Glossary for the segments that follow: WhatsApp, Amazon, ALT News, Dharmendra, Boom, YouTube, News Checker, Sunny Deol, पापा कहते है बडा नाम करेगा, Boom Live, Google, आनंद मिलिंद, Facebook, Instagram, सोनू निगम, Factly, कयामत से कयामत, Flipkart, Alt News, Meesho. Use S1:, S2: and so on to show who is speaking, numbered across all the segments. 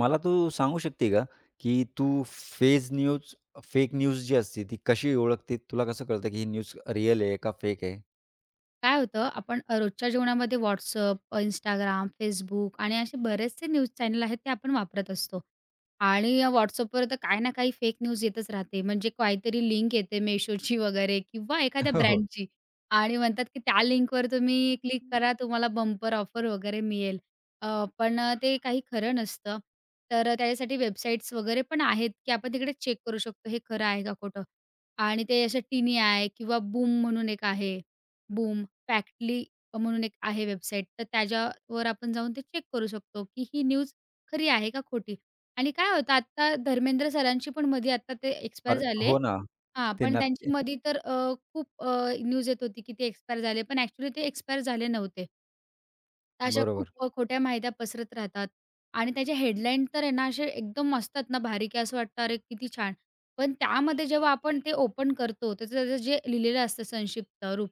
S1: मला तू सांगू शकते का, की तू fake news fake news जी असते ती कशी ओळखते? तुला कसं कळतं की ही न्यूज रिअल आहे का फेक आहे?
S2: काय होतं, आपण रोजच्या जीवनामध्ये WhatsApp, Instagram, Facebook आणि असे बरेचसे न्यूज चॅनल आहेत, ते आपण वापरत असतो. आणि WhatsAppवर तर काही ना काही फेक न्यूज येतच राहते. म्हणजे काहीतरी लिंक येते Meeshoची वगैरे किंवा एखाद्या
S1: हो, हो.
S2: ब्रँडची आणि म्हणतात, की त्या लिंकवर तुम्ही क्लिक करा, तुम्हाला बंपर ऑफर वगैरे मिळेल. पण ते काही खरं नसतं. तर त्याच्यासाठी वेबसाईट्स वगैरे पण आहेत, की आपण तिकडे चेक करू शकतो, हे खरं आहे का खोटं? आणि ते असे टिनी आहे किंवा बूम म्हणून एक आहे, बूम. फॅक्टली म्हणून एक आहे वेबसाईट, तर त्याच्यावर आपण जाऊन ते चेक करू शकतो, की ही न्यूज खरी आहे का खोटी? आणि काय होतं आता धर्मेंद्र सरांची पण मध्ये आता ते एक्सपायर
S1: अरे
S2: झाले.
S1: हो ना.
S2: हां,
S1: ते
S2: पण त्यांची
S1: नक्की
S2: मध्ये तर न्यूज येत होती, की ते एक्सपायर झाले, पण ॲक्चुअली ते एक्सपायर झाले नव्हते. अशा खूप
S1: बरोबर.
S2: खोट्या माहित्या पसरत राहतात आणि त्याचे हेडलाईन तर आहे ना असे एकदम असतात ना भारी की असं वाटतं अरे किती छान. पण त्यामध्ये जेव्हा आपण ते ओपन करतो त्याचं त्याचं जे लिहिलेलं असतं संक्षिप्त रूप,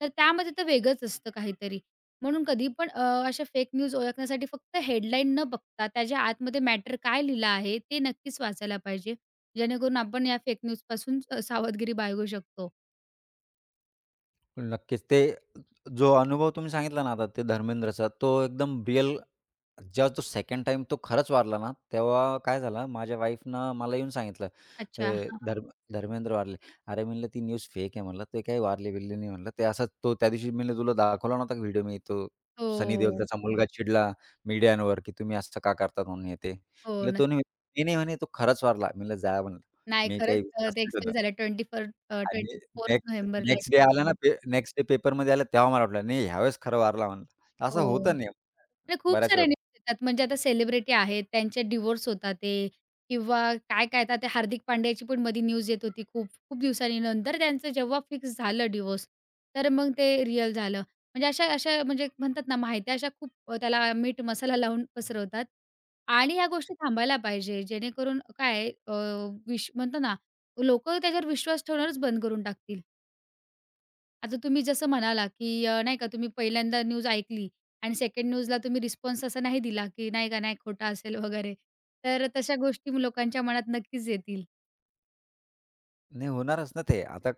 S2: तर त्यामध्ये तर वेगळंच असतं काहीतरी. म्हणून कधी पण अशा फेक न्यूज ओळखण्यासाठी फक्त हेडलाईन न बघता त्याच्या आतमध्ये मॅटर काय लिहिलं आहे ते नक्कीच वाचायला पाहिजे. जेणेकरून आपण या फेक न्यूजपासून सावधगिरी बाळगू शकतो.
S1: नक्कीच. ते जो अनुभव तुम्ही सांगितला ना आता ते धर्मेंद्रचा तो एकदम रिअल जेव्हा तो सेकंड टाईम तो खरंच वारला ना, तेव्हा काय झालं माझ्या वाईफनं मला येऊन सांगितलं,
S2: अच्छा.
S1: "ते
S2: हां,
S1: धर्मेंद्र वारले." अरे म्हणलं, "ती न्यूज फेक आहे" म्हणलं, "ते काही वारले-बिरले नाही" म्हणलं. "ते असंच तो त्यादिवशी" म्हणलं, "तुला दाखवला नव्हता का व्हिडिओ मी तो सनी देओल
S2: हो.
S1: त्याचा मुलगा चिडला मीडियावर, की तुम्ही असं का करतात म्हणून हे ते."
S2: हो,
S1: म्हणलं, "तो
S2: नक्की.
S1: नाही". "नाही, नाही" म्हणे, "तो खरंच वारला." म्हणलं, "जा" म्हणलं,
S2: नाही
S1: "मी काही
S2: खरंच
S1: विश्वास
S2: ते
S1: नाही ठेवत."
S2: एक्सपायर झालं
S1: आणि
S2: 24th
S1: नेक्स्ट
S2: नोव्हेंबरला
S1: नेक्स्ट डे
S2: एक्सपायर
S1: आला ना,
S2: झालं.
S1: नेक्स्ट डे पेपरमध्ये आलं तेव्हा मला वाटलं, "नाही, ह्यावेळेस खरं वारला" म्हणलं. असं
S2: हो.
S1: होतं नाही
S2: आणि खूप
S1: बऱ्याच
S2: साऱ्या
S1: वेळा.
S2: न्यूज येतात म्हणजे आता सेलिब्रिटी आहेत, त्यांचे डिव्होर्स होतात ते किंवा काय-काय आता ते हार्दिक पांड्याची पण मध्ये न्यूज येत होती खूप, खूप दिवसांनी नंतर त्यांचं जेव्हा फिक्स झालं डिव्होर्स, तर मग ते रिअल झालं. म्हणजे अशा अशा म्हणजे म्हणतात ना माहित्या अशा खूप त्याला मीठ मसाला लावून पसरवतात आणि ह्या गोष्टी थांबायला पाहिजे जेणेकरून विश म्हणतो ना, लोकं त्याच्यावर विश्वास ठेवणारच बंद करून टाकतील. आता तुम्ही जसं म्हणाला, की नाही का तुम्ही पहिल्यांदा न्यूज ऐकली आणि सेकंड न्यूजला तुम्ही रिस्पॉन्स असा नाही दिला, की नाही का नाही खोटा असेल वगैरे. तर तशा गोष्टी लोकांच्या मनात नक्कीच येतील.
S1: नाही होणारच ना ते. आता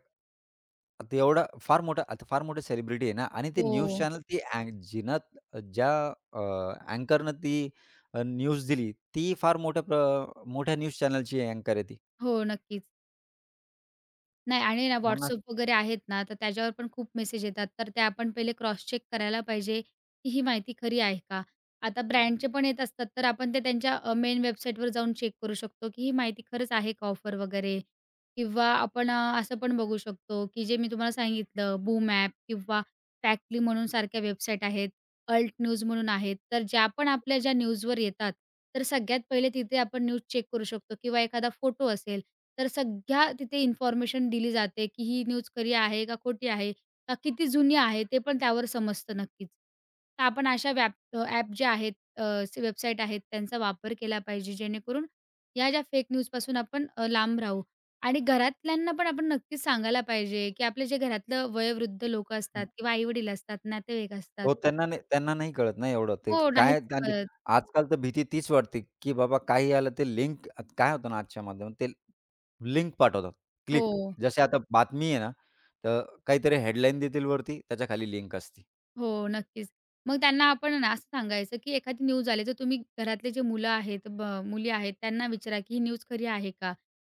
S1: आता एवढा फार मोठा आता फार मोठे सेलिब्रिटी आहे ना आणि ते न्यूज
S2: हो.
S1: चॅनल ती अँक जिनं ज्या अँकरनं ती न्यूज दिली, ती फार मोठ्या न्यूज चॅनलची अँकर आहे ती.
S2: हो, नक्कीच. नाही आणि ना
S1: मग अस-
S2: WhatsApp वगैरे आहेत ना, तर त्याच्यावर पण खूप मेसेज येतात. तर ते आपण पहिले क्रॉस चेक करायला पाहिजे, की ही माहिती खरी आहे का? आता ब्रँडचे पण येत असतात, तर आपण ते त्यांच्या मेन वेबसाईटवर जाऊन चेक करू शकतो, की ही माहिती खरंच आहे का ऑफर वगैरे? किंवा आपण असं पण बघू शकतो, की जे मी तुम्हाला सांगितलं बूम ॲप किंवा फॅक्टली म्हणून सारख्या वेबसाईट आहेत, अल्ट न्यूज म्हणून आहेत. तर ज्या पण आपल्या ज्या न्यूजवर येतात, तर सगळ्यात पहिले तिथे आपण न्यूज चेक करू शकतो किंवा एखादा फोटो असेल, तर सगळ्या तिथे इन्फॉर्मेशन दिली जाते, की ही न्यूज खरी आहे का खोटी आहे? का किती जुनी आहे? ते पण त्यावर समजतं नक्कीच. तर आपण अशा ॲप जे आहेत, वेबसाईट आहेत त्यांचा वापर केला पाहिजे जेणेकरून या ज्या फेक न्यूजपासून आपण लांब राहू. आणि घरातल्यांना पण आपण नक्कीच सांगायला पाहिजे, की आपले जे घरातलं वयोवृद्ध लोकं असतात किंवा आई-वडील असतात, नातेवाईक असतात.
S1: हो, त्यांना नाही कळत ना एवढं ते
S2: हो, नाहीच
S1: काय त्यांनी.
S2: कळत.
S1: आजकाल तर भीती तीच वाटते, की बाबा काही आलं ते लिंक, काय होतं ना आजच्या माध्यमात ते लिंक पाठवतात, क्लिक.
S2: हो.
S1: जसे आता बातमी आहे ना, तर काहीतरी हेडलाईन देतील वरती त्याच्या खाली लिंक असते.
S2: हो, नक्कीच. मग त्यांना आपण ना असं सांगायचं, की एखादी न्यूज आली तर तुम्ही घरातले जे मुलं आहेत, मुली आहेत त्यांना विचारा, की ही न्यूज खरी आहे का?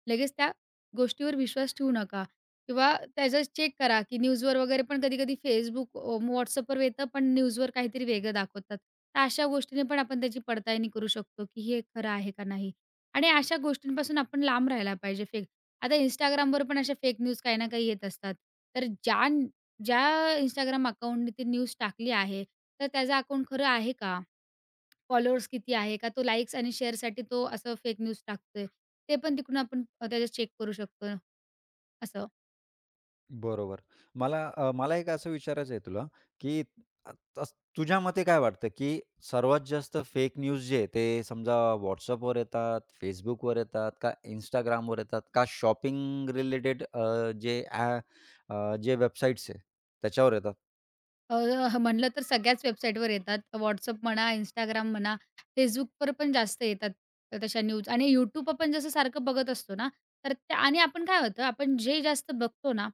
S2: लगेच त्या गोष्टीवर विश्वास ठेवू नका किंवा त्याचं चेक करा, की न्यूजवर वगैरे पण कधी-कधी Facebook, येतं, पण न्यूजवर काहीतरी वेगळं दाखवतात. तर अशा गोष्टीने पण आपण त्याची पडताळणी करू शकतो, की हे खरं आहे का नाही? आणि अशा गोष्टींपासून आपण लांब राहायला पाहिजे फेक. आता Instagramवर पण अशा फेक न्यूज काही ना काही येत असतात. तर ज्या ज्या Instagram अकाउंटने ती न्यूज टाकली आहे, तर त्याचं अकाउंट खरं आहे का? फॉलोअर्स किती आहे? का तो लाइक्स आणि शेअरसाठी तो असं फेक न्यूज टाकतोय? ते पण तिकडून आपण त्याच्यात चेक करू शकतो असं.
S1: बरोबर. मला एक असं विचारायचं आहे तुला, की अ, तस तुझ्या मते काय वाटतं, की सर्वात जास्त फेक न्यूज जे आहे, ते समजा WhatsAppवर येतात, Facebookवर येतात, का Instagramवर येतात, का शॉपिंग रिलेटेड जे ॲ जे वेबसाईट्स आहे, त्याच्यावर येतात?
S2: अ, ह म्हणलं तर सगळ्याच वेबसाईटवर येतात. WhatsApp म्हणा, Instagram म्हणा, Facebookवर पण जास्त येतात तशा न्यूज आणि YouTube आपण जसं सारखं बघत असतो ना, तर त्या आणि आपण काय होतं, आपण जे जास्त बघतो ना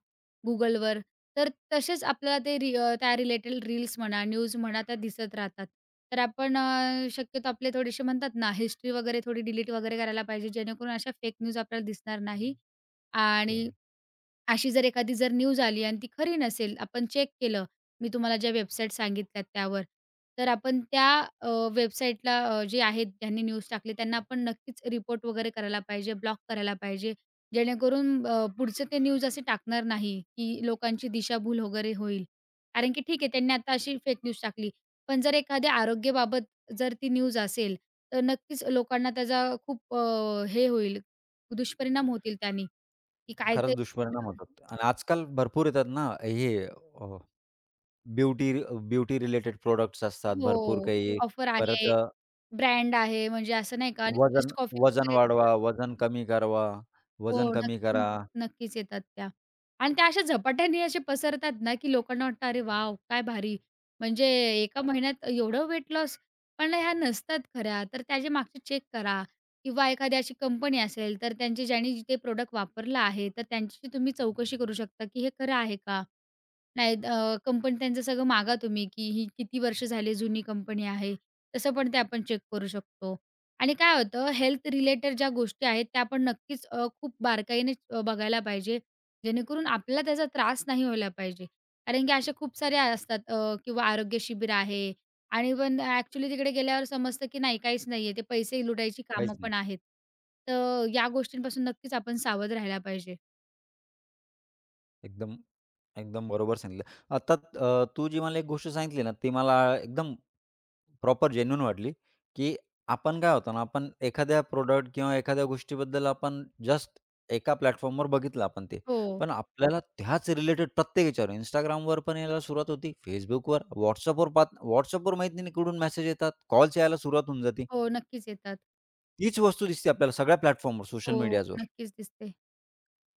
S2: Googleवर, तर तसेच आपल्याला ते त्या रिलेटेड रील्स म्हणा, न्यूज म्हणा, त्या दिसत राहतात. तर आपण शक्यतो आपले थोडेसे म्हणतात ना हिस्ट्री वगैरे थोडी डिलीट वगैरे करायला पाहिजे, जेणेकरून अशा फेक न्यूज आपल्याला दिसणार नाही
S1: ओके.
S2: आणि अशी जर एखादी जर न्यूज आली आणि ती खरी नसेल, आपण चेक केलं, मी तुम्हाला ज्या वेबसाईट सांगितल्या त्यावर, तर आपण त्या अ, वेबसाईटला जे आहेत ज्यांनी न्यूज टाकली त्यांना आपण नक्कीच रिपोर्ट वगैरे करायला पाहिजे, ब्लॉक करायला पाहिजे. जेणेकरून पुढचं ते न्यूज असे टाकणार नाही, की लोकांची दिशाभूल वगैरे होईल. कारण की ठीक आहे त्यांनी आता अशी फेक न्यूज टाकली. पण जर एखाद्या आरोग्याबाबत जर ती न्यूज असेल, तर नक्कीच लोकांना त्याचा खूप हे होईल, दुष्परिणाम होतील त्यानी, की
S1: खरंच
S2: काहीतरी
S1: दुष्परिणाम
S2: problem.
S1: होतात आणि आजकाल भरपूर येतात ना, हे ब्युटी ब्युटी रिलेटेड प्रॉडक्ट्स असतात भरपूर
S2: हो.
S1: काही.
S2: ऑफर
S1: परत
S2: आहे, ब्रँड आहे म्हणजे असं नाही का आणि
S1: वजन
S2: फर्स्ट कॉफी
S1: वजन
S2: वगैरे
S1: वाढवा,
S2: देतात. हो,
S1: वजन कमी
S2: नक्कीच,
S1: करा.
S2: नक्कीच येतात त्या. आणि त्या अशा झपाट्याने असे पसरतात ना, की लोकांना वाटतं, "अरे वॉव! काय भारी!" म्हणजे एका महिन्यात एवढं वेट लॉस पण ह्या नसतात खऱ्या. तर त्याचे मागचे चेक करा किंवा एखादी अशी कंपनी असेल, तर त्यांची ज्यांनी ते प्रॉडक्ट वापरलं आहे, तर त्यांची तुम्ही चौकशी करू शकता, की हे खरं आहे का? नाही कंपनी त्यांचं सगळं मागा तुम्ही, की ही किती वर्ष झाली जुनी कंपनी आहे. तसं पण ते आपण चेक करू शकतो. आणि काय होतं हेल्थ रिलेटेड ज्या गोष्टी आहेत त्या आपण नक्कीच खूप बारकाईने बघायला पाहिजे. जेणेकरून आपल्याला त्याचा त्रास नाही व्हायला पाहिजे. कारण की अशा खूप साऱ्या असतात किंवा आरोग्य शिबिर आहे आणि पण ॲक्चुअली तिकडे गेल्यावर समजतं की नाही काहीच नाहीये. ते पैसे लुटायची
S1: काहीच
S2: कामं
S1: नाही.
S2: पण आहेत. तर या गोष्टींपासून नक्कीच आपण सावध राहायला पाहिजे.
S1: एकदम, एकदम बरोबर सांगितलं. तू जी मला एक गोष्ट सांगितली ना, ती मला एकदम प्रॉपर जेन्युइन वाटली, की आपण काय होतं ना, आपण एखाद्या प्रॉडक्ट किंवा एखाद्या गोष्टीबद्दल आपण जस्ट एका प्लॅटफॉर्मवर बघितलं आपण ते.
S2: हो.
S1: पण आपल्याला त्याच रिलेटेड प्रत्येक ह्याच्यावर Instagramवर पण यायला सुरुवात होती, Facebookवर, WhatsAppवर माहीत नाही कुठून मेसेज येतात, कॉल्स यायला सुरुवात होऊन जाते.
S2: हो, नक्कीच येतात.
S1: तीच वस्तू दिसते आपल्याला सगळ्या प्लॅटफॉर्मवर, सोशल
S2: हो,
S1: मीडियाजवर.
S2: नक्कीच दिसते.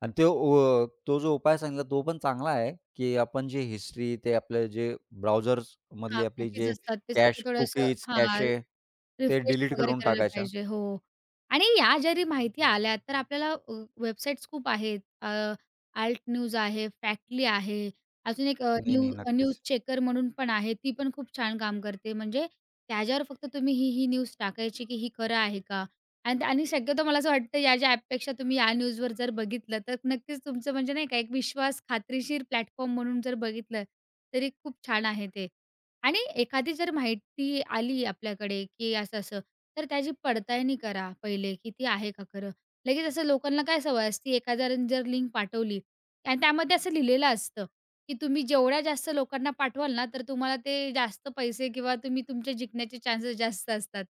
S1: आणि तो अ, तो जो उपाय सांगितला तो पण चांगला आहे, की आपण जे हिस्ट्री ते आपले जे ब्राउझर्समधली
S2: हां,
S1: आपली
S2: कुकीज
S1: जे
S2: असतात
S1: कॅश,
S2: त्यासाठी थोडंसं
S1: कुकीज,
S2: हां,
S1: कॅशे ते
S2: रिफ्रेश
S1: डिलीट
S2: वगैरे
S1: करून
S2: करायला
S1: टाकायच्या.
S2: पाहिजे. हो. आणि या जरी माहिती आल्या तर आपल्याला वेबसाईट्स खूप आहेत. ALT न्यूज आहे, फॅक्टली आहे. अजून एक अ,
S1: नाही,
S2: न्यू
S1: नाही.
S2: न्यूज
S1: नक्कीच.
S2: चेकर म्हणून पण आहे. ती पण खूप छान काम करते. म्हणजे त्याच्यावर फक्त तुम्ही ही न्यूज टाकायची की ही खरं आहे का? आणि आणि शक्यतो मला असं वाटतं या ज्या ॲपपेक्षा तुम्ही या न्यूजवर जर बघितलं तर नक्कीच तुमचं म्हणजे नाही का एक विश्वास खात्रीशीर प्लॅटफॉर्म म्हणून जर बघितलं तरी खूप छान आहे ते. आणि एखादी जर माहिती आली आपल्याकडे, की असं-असं, तर त्याची पडताळणी करा पहिले, की ती आहे का खरं? लगेच असं लोकांना काय सवय असते, एखाद्याने जर लिंक पाठवली आणि त्यामध्ये असं लिहिलेलं असतं, की तुम्ही जेवढ्या जास्त लोकांना पाठवाल ना, तर तुम्हाला ते जास्त पैसे किंवा तुम्ही तुमचे जिंकण्याचे चान्सेस जास्त असतात.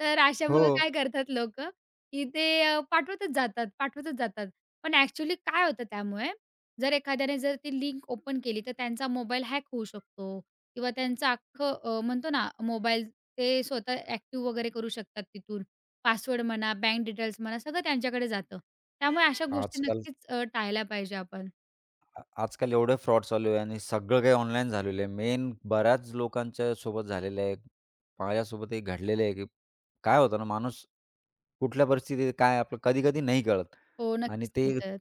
S2: तर
S1: हो.
S2: अशामुळे काय करतात लोकं, की ते पाठवतच जातात, पाठवतच जातात. पण ॲक्चुअली काय होतं त्यामुळे, जर एखाद्याने जर ती लिंक ओपन केली, तर त्यांचा मोबाईल हॅक होऊ शकतो. किंवा त्यांचं अख्खं म्हणतो ना मोबाईल ते स्वतः ॲक्टिव्ह वगैरे करू शकतात तिथून. पासवर्ड म्हणा, बँक डिटेल्स म्हणा, सगळं त्यांच्याकडे जातं. त्यामुळे अशा गोष्टी
S1: आजकाल
S2: नक्कीच टाळल्या पाहिजे आपण.
S1: आजकाल एवढे फ्रॉड चालू आहे आणि सगळं काही ऑनलाईन झालेलं आहे. मेन बऱ्याच लोकांच्या सोबत झालेलं आहे. माझ्यासोबतही घडलेलं आहे, की काय होतं ना माणूस कुठल्या परिस्थितीत काय आपलं कधी-कधी नाही कळत
S2: हो,
S1: आणि
S2: नक्कीच
S1: ते
S2: नाही करत.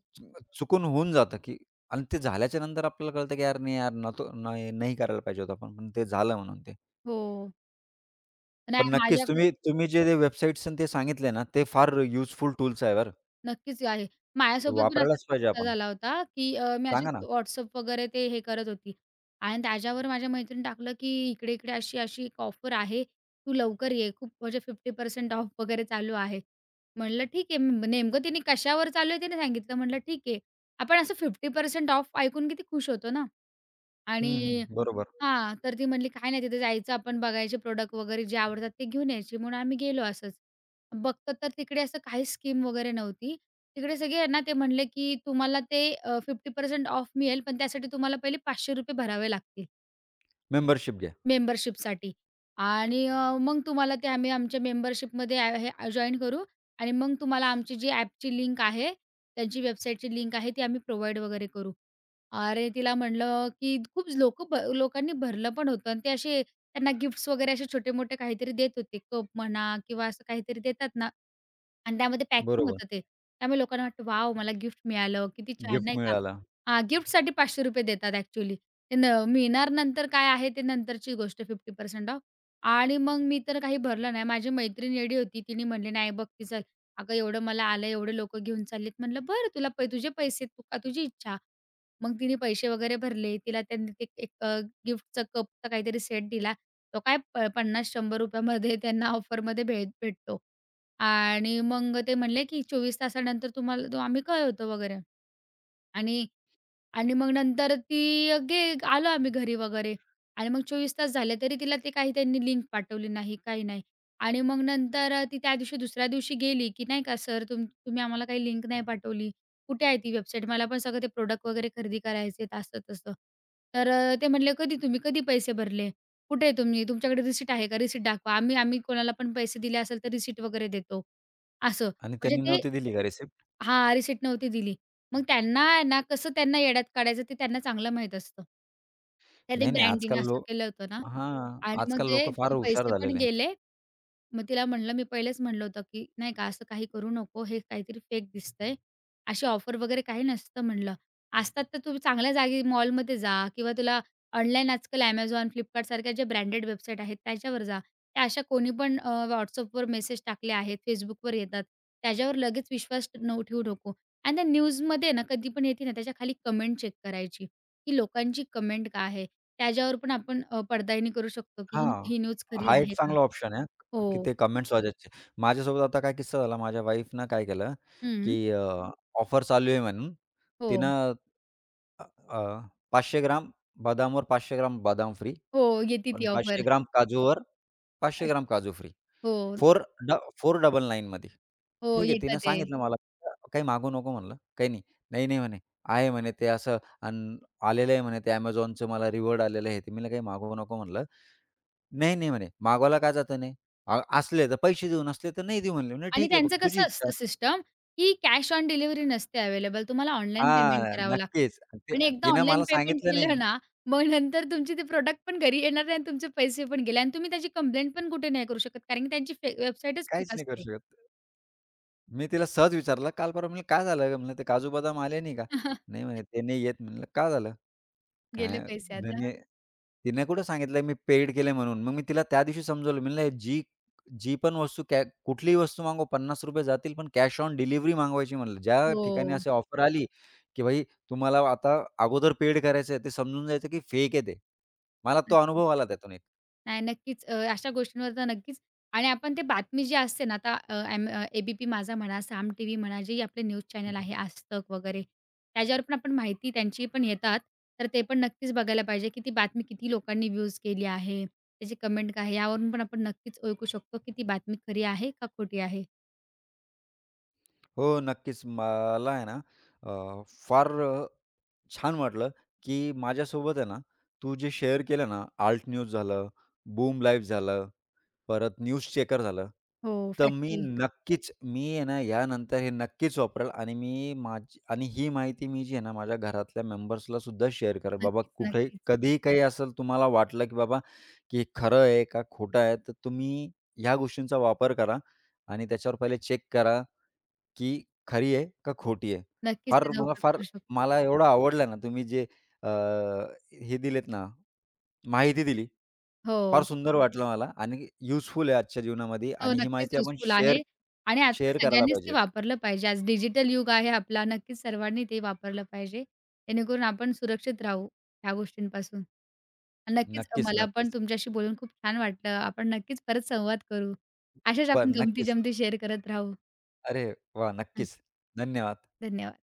S1: चुकून होऊन जातं, की आणि ते झाल्याच्या नंतर आपल्याला कळतं, की यार नाही यार नव्हतो नाही नाही करायला पाहिजे होतं आपण, पण ते झालं म्हणून ते.
S2: हो.
S1: पण
S2: नाही माझ्या
S1: नक्कीच तुम्ही तुम्ही जे ते वेबसाईट्स ते सांगितले ना, ते फार युजफुल टूल्स आहे बरं.
S2: नक्कीच आहे. माझ्यासोबत पण असाच
S1: वापरायलाच पाहिजे
S2: किस्सा
S1: आपण.
S2: झाला होता, की मी
S1: सांगा ना.
S2: अशीच WhatsApp वगैरे ते हे करत होती आणि त्याच्यावर माझ्या मैत्रिणीने टाकलं, की इकडे-इकडे अशी-अशी एक ऑफर आहे, तू लवकर ये. खूप म्हणजे 50% ऑफ वगैरे चालू आहे. म्हटलं ठीक आहे. म नेमकं तिने कशावर चालू आहे तिने सांगितलं. म्हटलं ठीक आहे. आपण असं 50% ऑफ ऐकून किती खुश होतो ना
S1: हं,
S2: आणि
S1: हं. बरोबर.
S2: हां, तर ती म्हणली, "काय नाही तिथे जायचं आपण बघायचे प्रॉडक्ट वगैरे जे आवडतात ते घेऊन यायचे." म्हणून आम्ही गेलो असंच. बघतो तर तिकडे असं काहीच स्कीम वगैरे नव्हती. तिकडे सगळे आहे ना, ते म्हणले, की तुम्हाला ते 50% ऑफ मिळेल, पण त्यासाठी तुम्हाला पहिले ₹500 भरावे लागतील.
S1: मेंबरशिप घ्या.
S2: मेंबरशिपसाठी आणि मग तुम्हाला ते आम्ही आमच्या मेंबरशिपमध्ये हे जॉइन करू आणि मग तुम्हाला आमची जी ॲपची लिंक आहे, त्यांची वेबसाईटची लिंक आहे ती आम्ही प्रोव्हाईड वगैरे करू. अरे, तिला म्हटलं, की खूप लोकं भ लोकांनी भरलं पण होतं आणि ते असे त्यांना गिफ्ट्स वगैरे असे छोटे-मोठे काहीतरी देत होते. कप म्हणा किंवा असं काहीतरी देतात ना आणि त्यामध्ये पॅकिंग
S1: बरोबर.
S2: होतं ते. त्यामुळे लोकांना वाटतं, "वॉव! मला गिफ्ट मिळालं. किती छान."
S1: गिफ्ट
S2: नाही का?
S1: मिळाला.
S2: हां, गिफ्टसाठी ₹500 देतात ॲक्चुअली. ते न मिळणार नंतर काय आहे ते नंतरची गोष्ट 50% ऑफ. आणि मग मी तर काही भरलं नाही. माझी मैत्रीण येडी होती. तिने म्हणली, "नाही बघ की चल, अगं एवढं मला आलं, एवढे लोकं घेऊन चाललेत." म्हटलं, "बरं तुला पै तुझे पैसे, तू का तुझी इच्छा." मग तिने पैसे वगैरे भरले. तिला त्यांनी ते एक गिफ्टचा कपचा काहीतरी सेट दिला. तो काय प ₹50-100 मध्ये त्यांना ऑफरमध्ये भेटतो. आणि मग ते म्हणले, की "24 तासानंतर तुम्हाला तो आम्ही कळवतो वगैरे." आणि आणि मग नंतर ती गे आलो आम्ही घरी वगैरे आणि मग 24 तास झाले तरी तिला ते काही त्यांनी लिंक पाठवली नाही, काही नाही. आणि मग नंतर ती त्या दिवशी दुसऱ्या दिवशी गेली, की नाही का "सर तुम्ही आम्हाला काही लिंक नाही पाठवली. कुठे आहे ती वेबसाईट? मला पण सगळं ते प्रोडक्ट वगैरे खरेदी करायचे आहेत." असं-तसं. तर ते म्हणले "कधी तुम्ही कधी पैसे भरले? कुठे आहे तुम्ही? तुमच्याकडे रिसीट आहे का? रिसीट दाखवा. आम्ही आम्ही कोणाला पण पैसे दिले असेल तर रिसीट वगैरे देतो." असं.
S1: आणि
S2: म्हणजे
S1: त्यांनी
S2: ते
S1: नव्हती दिली का रिसिप्ट?
S2: हां, रिसिट नव्हती दिली. मग त्यांना आहे ना, कसं त्यांना येड्यात काढायचं ते त्यांना चांगलं माहीत असतं. त्याने
S1: नाही, नाही.
S2: ब्रँडिंग
S1: आजकाल
S2: असं
S1: लोक.
S2: केलं होतं ना
S1: हां.
S2: आणि मग
S1: आजकाल
S2: ते
S1: लोकं फार
S2: तिचे
S1: हुशार
S2: पैसे पण
S1: झालेले आहे.
S2: गेले. मग तिला म्हणलं मी पहिलेच म्हणलं होतं, की "नाही का असं काही करू नको. हे काहीतरी फेक दिसतंय. अशी ऑफर वगैरे काही नसतं" म्हणलं. "असतात तर तुम्ही चांगल्या जागी मॉलमध्ये जा किंवा तुला ऑनलाईन आजकाल Amazon, Flipkart सारख्या ज्या ब्रँडेड वेबसाईट आहेत त्याच्यावर जा. त्या अशा कोणी पण WhatsAppवर मेसेज टाकले आहेत, Facebookवर येतात. त्याच्यावर लगेच विश्वास न ठेवू नको." आणि त्या न्यूजमध्ये ना कधी पण येते ना त्याच्या खाली कमेंट चेक करायची, की लोकांची कमेंट काय आहे? त्याच्यावर पण आपण पडताळणी करू शकतो, की ही
S1: हां.
S2: ही न्यूज खरी
S1: हा एक
S2: आहे का?
S1: चांगला ऑप्शन आहे, की
S2: हो.
S1: ते कमेंट्स वाचायचे. माझ्यासोबत आता काय किस्सा झाला, माझ्या वाईफनं काय केलं, की
S2: हं.
S1: अ, ऑफर चालू आहे म्हणून
S2: हो.
S1: तिनं अ, अ, 500 ग्राम बदामवर 500 ग्राम बदाम फ्री,
S2: हो, येते
S1: पण
S2: ती
S1: 500
S2: ऑफर.
S1: ग्राम काजूवर 500
S2: अशी
S1: ग्राम काजू फ्री.
S2: हो,
S1: फोर ड 499 मध्ये.
S2: हो,
S1: ठीक आहे,
S2: येतं
S1: तिनं
S2: ते.
S1: सांगितलं मला, "काही मागू नको" म्हणलं. "काही नाही." "नाही, नाही" म्हणे, "आहे" म्हणे, "ते असं अन् आलेलं आहे" म्हणे, "ते Amazonचं मला रिवॉर्ड आलेलं आहे." ते. मी म्हणलं, "काही मागवू नको" म्हणलं. नाही, नाही म्हणे, मागवायला का जात नाही? असले तर पैसे देऊ, नसले तर नाही देऊ म्हणले. म्हणलं,
S2: आणि
S1: "ठीक आहे, बघ
S2: त्यांचं
S1: तुझी
S2: कसं
S1: इच्छा."
S2: असतं सिस्टम, की कॅश ऑन डिलिव्हरी नसते अवेलेबल. तुम्हाला ऑनलाईन पेमेंट
S1: हां,
S2: करावं लागतं.
S1: नक्कीच. ते
S2: आणि एकदा
S1: तिनं
S2: ऑनलाईन
S1: मला
S2: पेमेंट
S1: सांगितलं नाही.
S2: केलं ना, मग नंतर तुमचे ते प्रॉडक्ट पण घरी येणार नाही आणि तुमचे पैसे पण गेले आणि तुम्ही त्याची कंप्लेंट पण कुठे नाही करू शकत कारण की त्यांची वेबसाईटच
S1: काहीच
S2: फेक
S1: नाही करू
S2: असते.
S1: शकत. मी तिला सहज विचारलं, "काल परवा" म्हणलं, "काय झालं? ग?" म्हणलं, "ते काजू बदाम आले नाही का?" "नाही" म्हणे, "ते नाही येत." म्हणलं, "का झालं?"
S2: गेले
S1: काय
S2: पैसे आता.
S1: धने तिने कुठं सांगितलं मी पेड केलंय म्हणून. मग मी तिला त्या दिवशी समजवलं. म्हणलं जी जी पण वस्तू कुठलीही वस्तू मागवा ₹50 जातील, पण कॅश ऑन डिलिव्हरी मागवायची म्हणलं. ज्या ठिकाणी
S2: हो.
S1: अशी ऑफर आली, की भाई तुम्हाला आता अगोदर पेड करायचं आहे, ते समजून जायचं की फेक आहे ते. मला तो
S2: नक्की.
S1: अनुभव आला त्यातून
S2: नाही, नक्कीच. अशा गोष्टींवर तर नक्कीच आणि आपण ते बातमी जी असते ना, आता अ, एम अ, ए माझा म्हणा, साम टीव्ही म्हणा, जे आपले न्यूज चॅनल
S1: एक.
S2: आहे, आज तक वगैरे, त्याच्यावर पण आपण माहिती त्यांची पण येतात. तर ते पण नक्कीच बघायला पाहिजे, की ती बातमी किती लोकांनी व्ह्यूज केली आहे, त्याची कमेंट काय आहे, यावरून पण आपण नक्कीच ओळखू शकतो, की ती बातमी खरी आहे का खोटी आहे.
S1: हो, नक्कीच. मला आहे ना अ, फार अ, छान वाटलं, की माझ्यासोबत आहे ना, तू जे शेअर केलं ना, ALT न्यूज झालं, बूम लाईव्ह झालं, परत न्यूज चेकर झालं.
S2: हो,
S1: तर मी, हं,
S2: फॅक्टली.
S1: नक्कीच मी आहे ना, यानंतर हे नक्कीच वापरेल आणि मी माझी आणि ही माहिती मी जी आहे ना, माझ्या घरातल्या मेंबर्सला सुद्धा शेअर करेल. बाबा
S2: नक्कीच,
S1: कुठेही
S2: नक्कीच.
S1: कधीही काही असेल तुम्हाला वाटलं, की बाबा की हे खरं आहे का खोटं आहे, तर तुम्ही ह्या गोष्टींचा वापर करा आणि त्याच्यावर पहिले चेक करा की खरी आहे का खोटी आहे?
S2: नक्कीच
S1: फार
S2: त्याचा
S1: मला
S2: उपयोग
S1: फार
S2: करू शकतो.
S1: मला एवढं आवडलं ना तुम्ही जे अ, हे दिलेत ना, माहिती दिली.
S2: हो.
S1: फार सुंदर हं. वाटलं मला आणि युजफुल आहे आजच्या जीवनामध्ये
S2: हो,
S1: आणि ही
S2: नक्कीच
S1: माहिती आपण
S2: युजफुल
S1: शेअर
S2: आहे आणि आजकाल
S1: शेअर करायला
S2: सगळ्यांनीच ते
S1: पाहिजे.
S2: वापरलं पाहिजे. आज डिजिटल युग आहे आपला. नक्कीच सर्वांनी ते वापरलं पाहिजे. जेणेकरून आपण सुरक्षित राहू ह्या गोष्टींपासून. आणि नक्कीच
S1: नक्कीच,
S2: मला पण
S1: नक्कीच.
S2: तुमच्याशी बोलून खूप छान वाटलं. आपण नक्कीच परत संवाद करू. अशाच
S1: पण
S2: आपण
S1: नक्कीच.
S2: गमती-जमती शेअर करत राहू.
S1: अरे वा
S2: हं,
S1: नक्कीच. धन्यवाद.
S2: धन्यवाद.